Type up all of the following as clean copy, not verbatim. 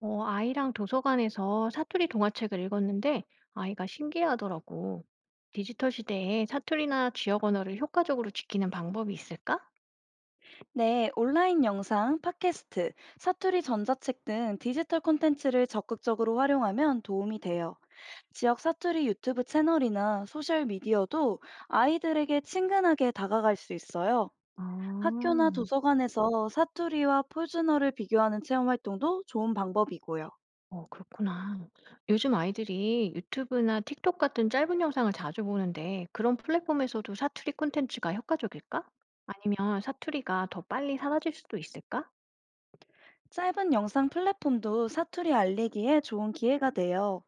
아이랑 도서관에서 사투리 동화책을 읽었는데 아이가 신기해하더라고. 디지털 시대에 사투리나 지역 언어를 효과적으로 지키는 방법이 있을까? 네, 온라인 영상, 팟캐스트, 사투리 전자책 등 디지털 콘텐츠를 적극적으로 활용하면 도움이 돼요. 지역 사투리 유튜브 채널이나 소셜 미디어도 아이들에게 친근하게 다가갈 수 있어요. 학교나 아, 도서관에서 사투리와 표준어를 비교하는 체험 활동도 좋은 방법이고요. 어 그렇구나. 요즘 아이들이 유튜브나 틱톡 같은 짧은 영상을 자주 보는데 그런 플랫폼에서도 사투리 콘텐츠가 효과적일까? 아니면 사투리가 더 빨리 사라질 수도 있을까? 짧은 영상 플랫폼도 사투리 알리기에 좋은 기회가 돼요.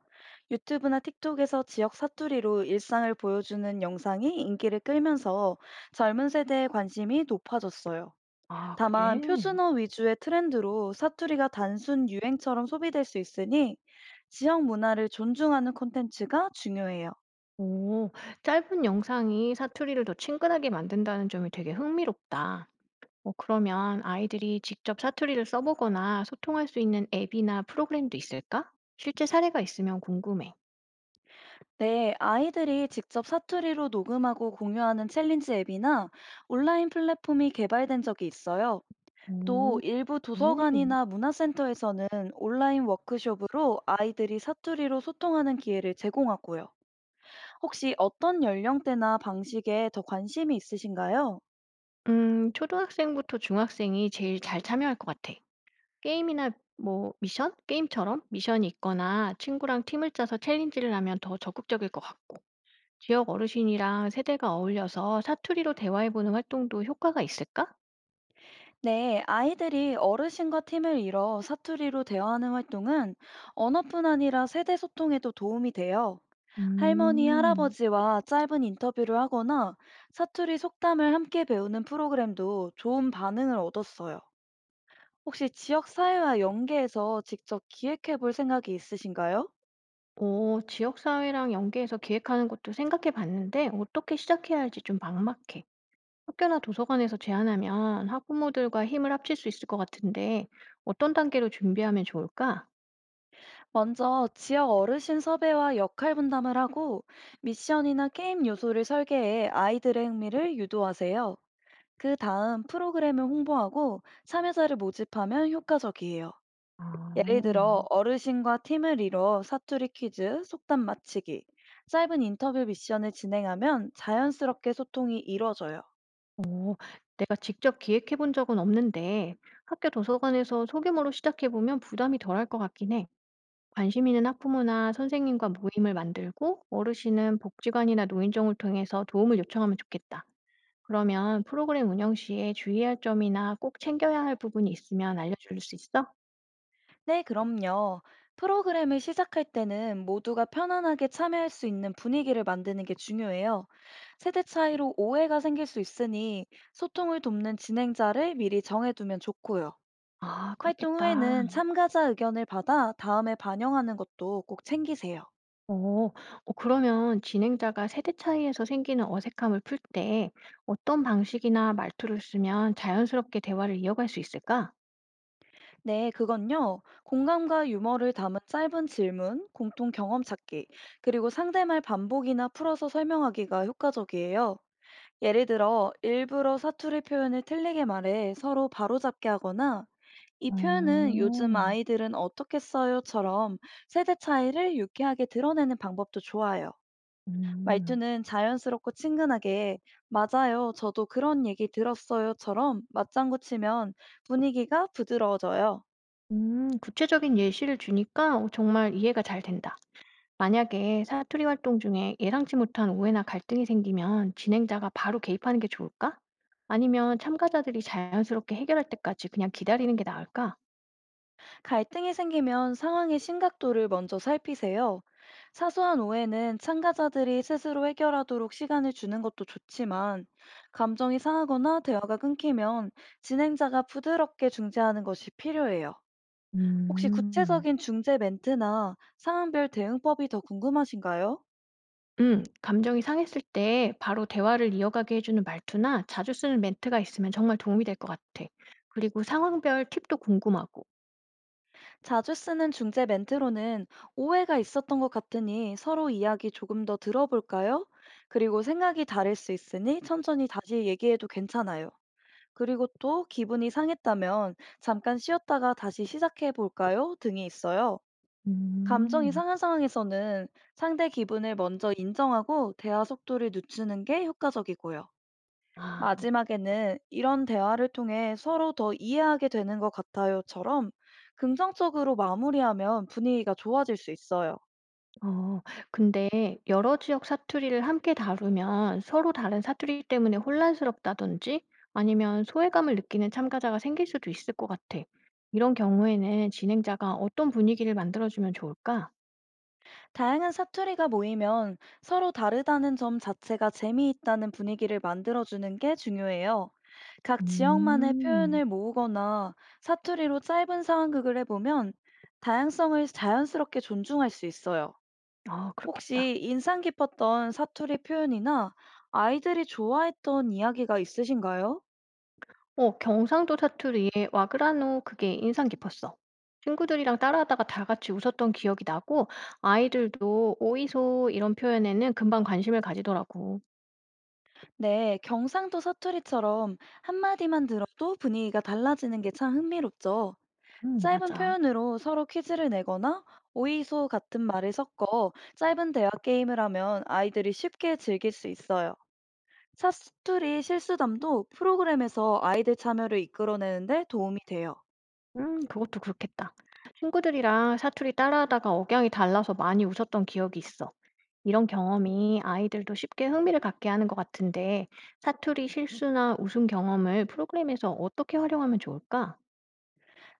유튜브나 틱톡에서 지역 사투리로 일상을 보여주는 영상이 인기를 끌면서 젊은 세대의 관심이 높아졌어요. 아 그래? 다만 표준어 위주의 트렌드로 사투리가 단순 유행처럼 소비될 수 있으니 지역 문화를 존중하는 콘텐츠가 중요해요. 오. 짧은 영상이 사투리를 더 친근하게 만든다는 점이 되게 흥미롭다. 그러면 아이들이 직접 사투리를 써 보거나 소통할 수 있는 앱이나 프로그램도 있을까? 실제 사례가 있으면 궁금해. 네, 아이들이 직접 사투리로 녹음하고 공유하는 챌린지 앱이나 온라인 플랫폼이 개발된 적이 있어요. 또 오 일부 그래? 도서관이나 문화센터에서는 온라인 워크숍으로 아이들이 사투리로 소통하는 기회를 제공하고요. 혹시 어떤 연령대나 방식에 더 관심이 있으신가요? 초등학생부터 중학생이 제일 잘 참여할 것 같아. 게임이나 뭐 미션? 게임처럼 미션이 있거나 친구랑 팀을 짜서 챌린지를 하면 더 적극적일 것 같고. 지역 어르신이랑 세대가 어울려서 사투리로 대화해보는 활동도 효과가 있을까? 네, 아이들이 어르신과 팀을 이뤄 사투리로 대화하는 활동은 언어뿐 아니라 세대 소통에도 도움이 돼요. 할머니, 음. 할아버지와 짧은 인터뷰를 하거나 사투리 속담을 함께 배우는 프로그램도 좋은 반응을 얻었어요. 혹시 지역 사회와 연계해서 직접 기획해 볼 생각이 있으신가요? 지역사회랑 연계해서 기획하는 것도 생각해 봤는데 어떻게 시작해야 할지 좀 막막해. 학교나 도서관에서 제안하면 학부모들과 힘을 합칠 수 있을 것 같은데 어떤 단계로 준비하면 좋을까? 먼저 지역 어르신 섭외와 역할 분담을 하고 미션이나 게임 요소를 설계해 아이들의 흥미를 유도하세요. 그 다음 프로그램을 홍보하고 참여자를 모집하면 효과적이에요. 예를 아, 들어 어르신과 팀을 이뤄 사투리 퀴즈, 속담 맞히기, 짧은 인터뷰 미션을 진행하면 자연스럽게 소통이 이뤄져요. 어, 내가 직접 기획해 본 적은 없는데 학교 도서관에서 소규모로 시작해 보면 부담이 덜할 것 같긴 해. 관심 있는 학부모나 선생님과 모임을 만들고 어르신은 복지관이나 노인정을 통해서 도움을 요청하면 좋겠다. 그러면 프로그램 운영 시에 주의할 점이나 꼭 챙겨야 할 부분이 있으면 알려줄 수 있어? 네, 그럼요. 프로그램을 시작할 때는 모두가 편안하게 참여할 수 있는 분위기를 만드는 게 중요해요. 세대 차이로 오해가 생길 수 있으니 소통을 돕는 진행자를 미리 정해두면 좋고요. 아, 활동 그렇겠다. 후에는 참가자 의견을 받아 다음에 반영하는 것도 꼭 챙기세요. 어, 그러면 진행자가 세대 차이에서 생기는 어색함을 풀 때 어떤 방식이나 말투를 쓰면 자연스럽게 대화를 이어갈 수 있을까? 네, 그건요. 공감과 유머를 담은 짧은 질문, 공통 경험 찾기, 그리고 상대말 반복이나 풀어서 설명하기가 효과적이에요. 예를 들어, 일부러 사투리 표현을 틀리게 말해 서로 바로잡게 하거나, 이 표현은 어, 요즘 아이들은 어떻게 써요?처럼 세대 차이를 유쾌하게 드러내는 방법도 좋아요. 음, 말투는 자연스럽고 친근하게, 맞아요, 저도 그런 얘기 들었어요.처럼 맞장구 치면 분위기가 부드러워져요. 구체적인 예시를 주니까 정말 이해가 잘 된다. 만약에 사투리 활동 중에 예상치 못한 오해나 갈등이 생기면 진행자가 바로 개입하는 게 좋을까? 아니면 참가자들이 자연스럽게 해결할 때까지 그냥 기다리는 게 나을까? 갈등이 생기면 상황의 심각도를 먼저 살피세요. 사소한 오해는 참가자들이 스스로 해결하도록 시간을 주는 것도 좋지만, 감정이 상하거나 대화가 끊기면 진행자가 부드럽게 중재하는 것이 필요해요. 혹시 음. 구체적인 중재 멘트나 상황별 대응법이 더 궁금하신가요? 감정이 상했을 때 바로 대화를 이어가게 해주는 말투나 자주 쓰는 멘트가 있으면 정말 도움이 될 것 같아. 그리고 상황별 팁도 궁금하고. 자주 쓰는 중재 멘트로는 오해가 있었던 것 같으니 서로 이야기 조금 더 들어볼까요? 그리고 생각이 다를 수 있으니 천천히 다시 얘기해도 괜찮아요. 그리고 또 기분이 상했다면 잠깐 쉬었다가 다시 시작해 볼까요? 등이 있어요. 감정이 음, 상한 상황에서는 상대 기분을 먼저 인정하고 대화 속도를 늦추는 게 효과적이고요. 아, 마지막에는 이런 대화를 통해 서로 더 이해하게 되는 것 같아요처럼 긍정적으로 마무리하면 분위기가 좋아질 수 있어요. 어, 근데 여러 지역 사투리를 함께 다루면 서로 다른 사투리 때문에 혼란스럽다든지 아니면 소외감을 느끼는 참가자가 생길 수도 있을 것 같아. 이런 경우에는 진행자가 어떤 분위기를 만들어주면 좋을까? 다양한 사투리가 모이면 서로 다르다는 점 자체가 재미있다는 분위기를 만들어주는 게 중요해요. 각 지역만의 음. 표현을 모으거나 사투리로 짧은 상황극을 해보면 다양성을 자연스럽게 존중할 수 있어요. 아, 그렇겠다. 혹시 인상 깊었던 사투리 표현이나 아이들이 좋아했던 이야기가 있으신가요? 경상도 사투리의 "와 그라노." 그게 인상 깊었어. 친구들이랑 따라하다가 다 같이 웃었던 기억이 나고 아이들도 "오이소." 이런 표현에는 금방 관심을 가지더라고. 네, 경상도 사투리처럼 한마디만 들어도 분위기가 달라지는 게 참 흥미롭죠. 짧은 맞아. 표현으로 서로 퀴즈를 내거나 오이소 같은 말을 섞어 짧은 대화 게임을 하면 아이들이 쉽게 즐길 수 있어요. 사투리 실수담도 프로그램에서 아이들 참여를 이끌어내는데 도움이 돼요. 그것도 그렇겠다. 친구들이랑 사투리 따라하다가 억양이 달라서 많이 웃었던 기억이 있어. 이런 경험이 아이들도 쉽게 흥미를 갖게 하는 것 같은데 사투리 실수나 웃음 경험을 프로그램에서 어떻게 활용하면 좋을까?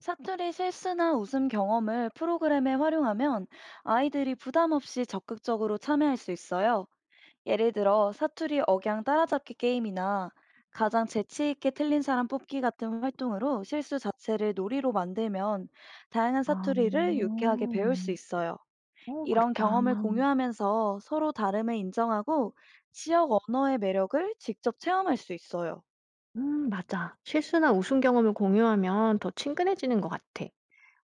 사투리 실수나 웃음 경험을 프로그램에 활용하면 아이들이 부담 없이 적극적으로 참여할 수 있어요. 예를 들어 사투리 억양 따라잡기 게임이나 가장 재치 있게 틀린 사람 뽑기 같은 활동으로 실수 자체를 놀이로 만들면 다양한 아. 사투리를 유쾌하게 배울 수 있어요. 이런 그렇다. 경험을 공유하면서 서로 다름을 인정하고 지역 언어의 매력을 직접 체험할 수 있어요. 맞아. 실수나 우승 경험을 공유하면 더 친근해지는 것 같아.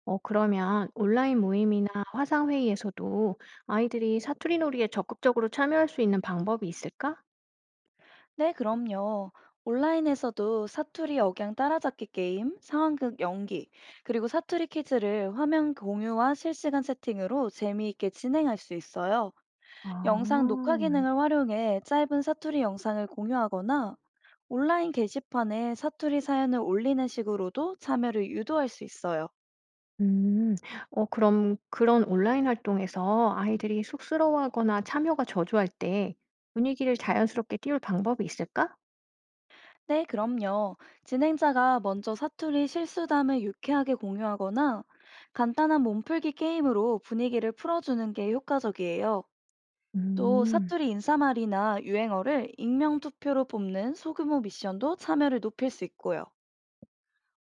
그러면 온라인 모임이나 화상회의에서도 아이들이 사투리 놀이에 적극적으로 참여할 수 있는 방법이 있을까? 네, 그럼요. 온라인에서도 사투리 억양 따라잡기 게임, 상황극 연기, 그리고 사투리 퀴즈를 화면 공유와 실시간 세팅으로 재미있게 진행할 수 있어요. 아, 영상 녹화 기능을 활용해 짧은 사투리 영상을 공유하거나 온라인 게시판에 사투리 사연을 올리는 식으로도 참여를 유도할 수 있어요. 음, 그럼 그런 온라인 활동에서 아이들이 쑥스러워하거나 참여가 저조할 때 분위기를 자연스럽게 띄울 방법이 있을까? 네, 그럼요. 진행자가 먼저 사투리 실수담을 유쾌하게 공유하거나 간단한 몸풀기 게임으로 분위기를 풀어주는 게 효과적이에요. 또 음. 사투리 인사말이나 유행어를 익명 투표로 뽑는 소규모 미션도 참여를 높일 수 있고요.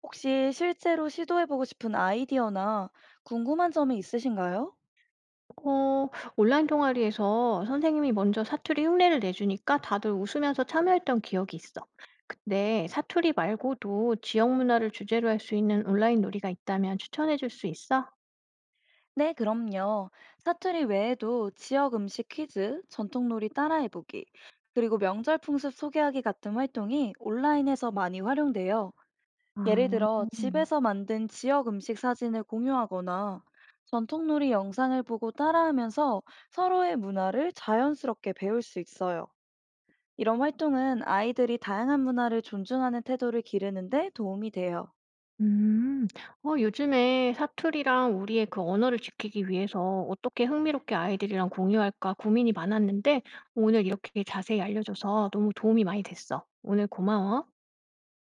혹시 실제로 시도해보고 싶은 아이디어나 궁금한 점이 있으신가요? 어 온라인 동아리에서 선생님이 먼저 사투리 흉내를 내주니까 다들 웃으면서 참여했던 기억이 있어. 근데 사투리 말고도 지역 문화를 주제로 할 수 있는 온라인 놀이가 있다면 추천해 줄 수 있어? 네, 그럼요. 사투리 외에도 지역 음식 퀴즈, 전통놀이 따라해보기, 그리고 명절 풍습 소개하기 같은 활동이 온라인에서 많이 활용돼요. 예를 아. 들어 집에서 만든 지역 음식 사진을 공유하거나 전통놀이 영상을 보고 따라하면서 서로의 문화를 자연스럽게 배울 수 있어요. 이런 활동은 아이들이 다양한 문화를 존중하는 태도를 기르는데 도움이 돼요. 음. 요즘에 사투리랑 우리의 그 언어를 지키기 위해서 어떻게 흥미롭게 아이들이랑 공유할까 고민이 많았는데 오늘 이렇게 자세히 알려줘서 너무 도움이 많이 됐어. 오늘 고마워. 네.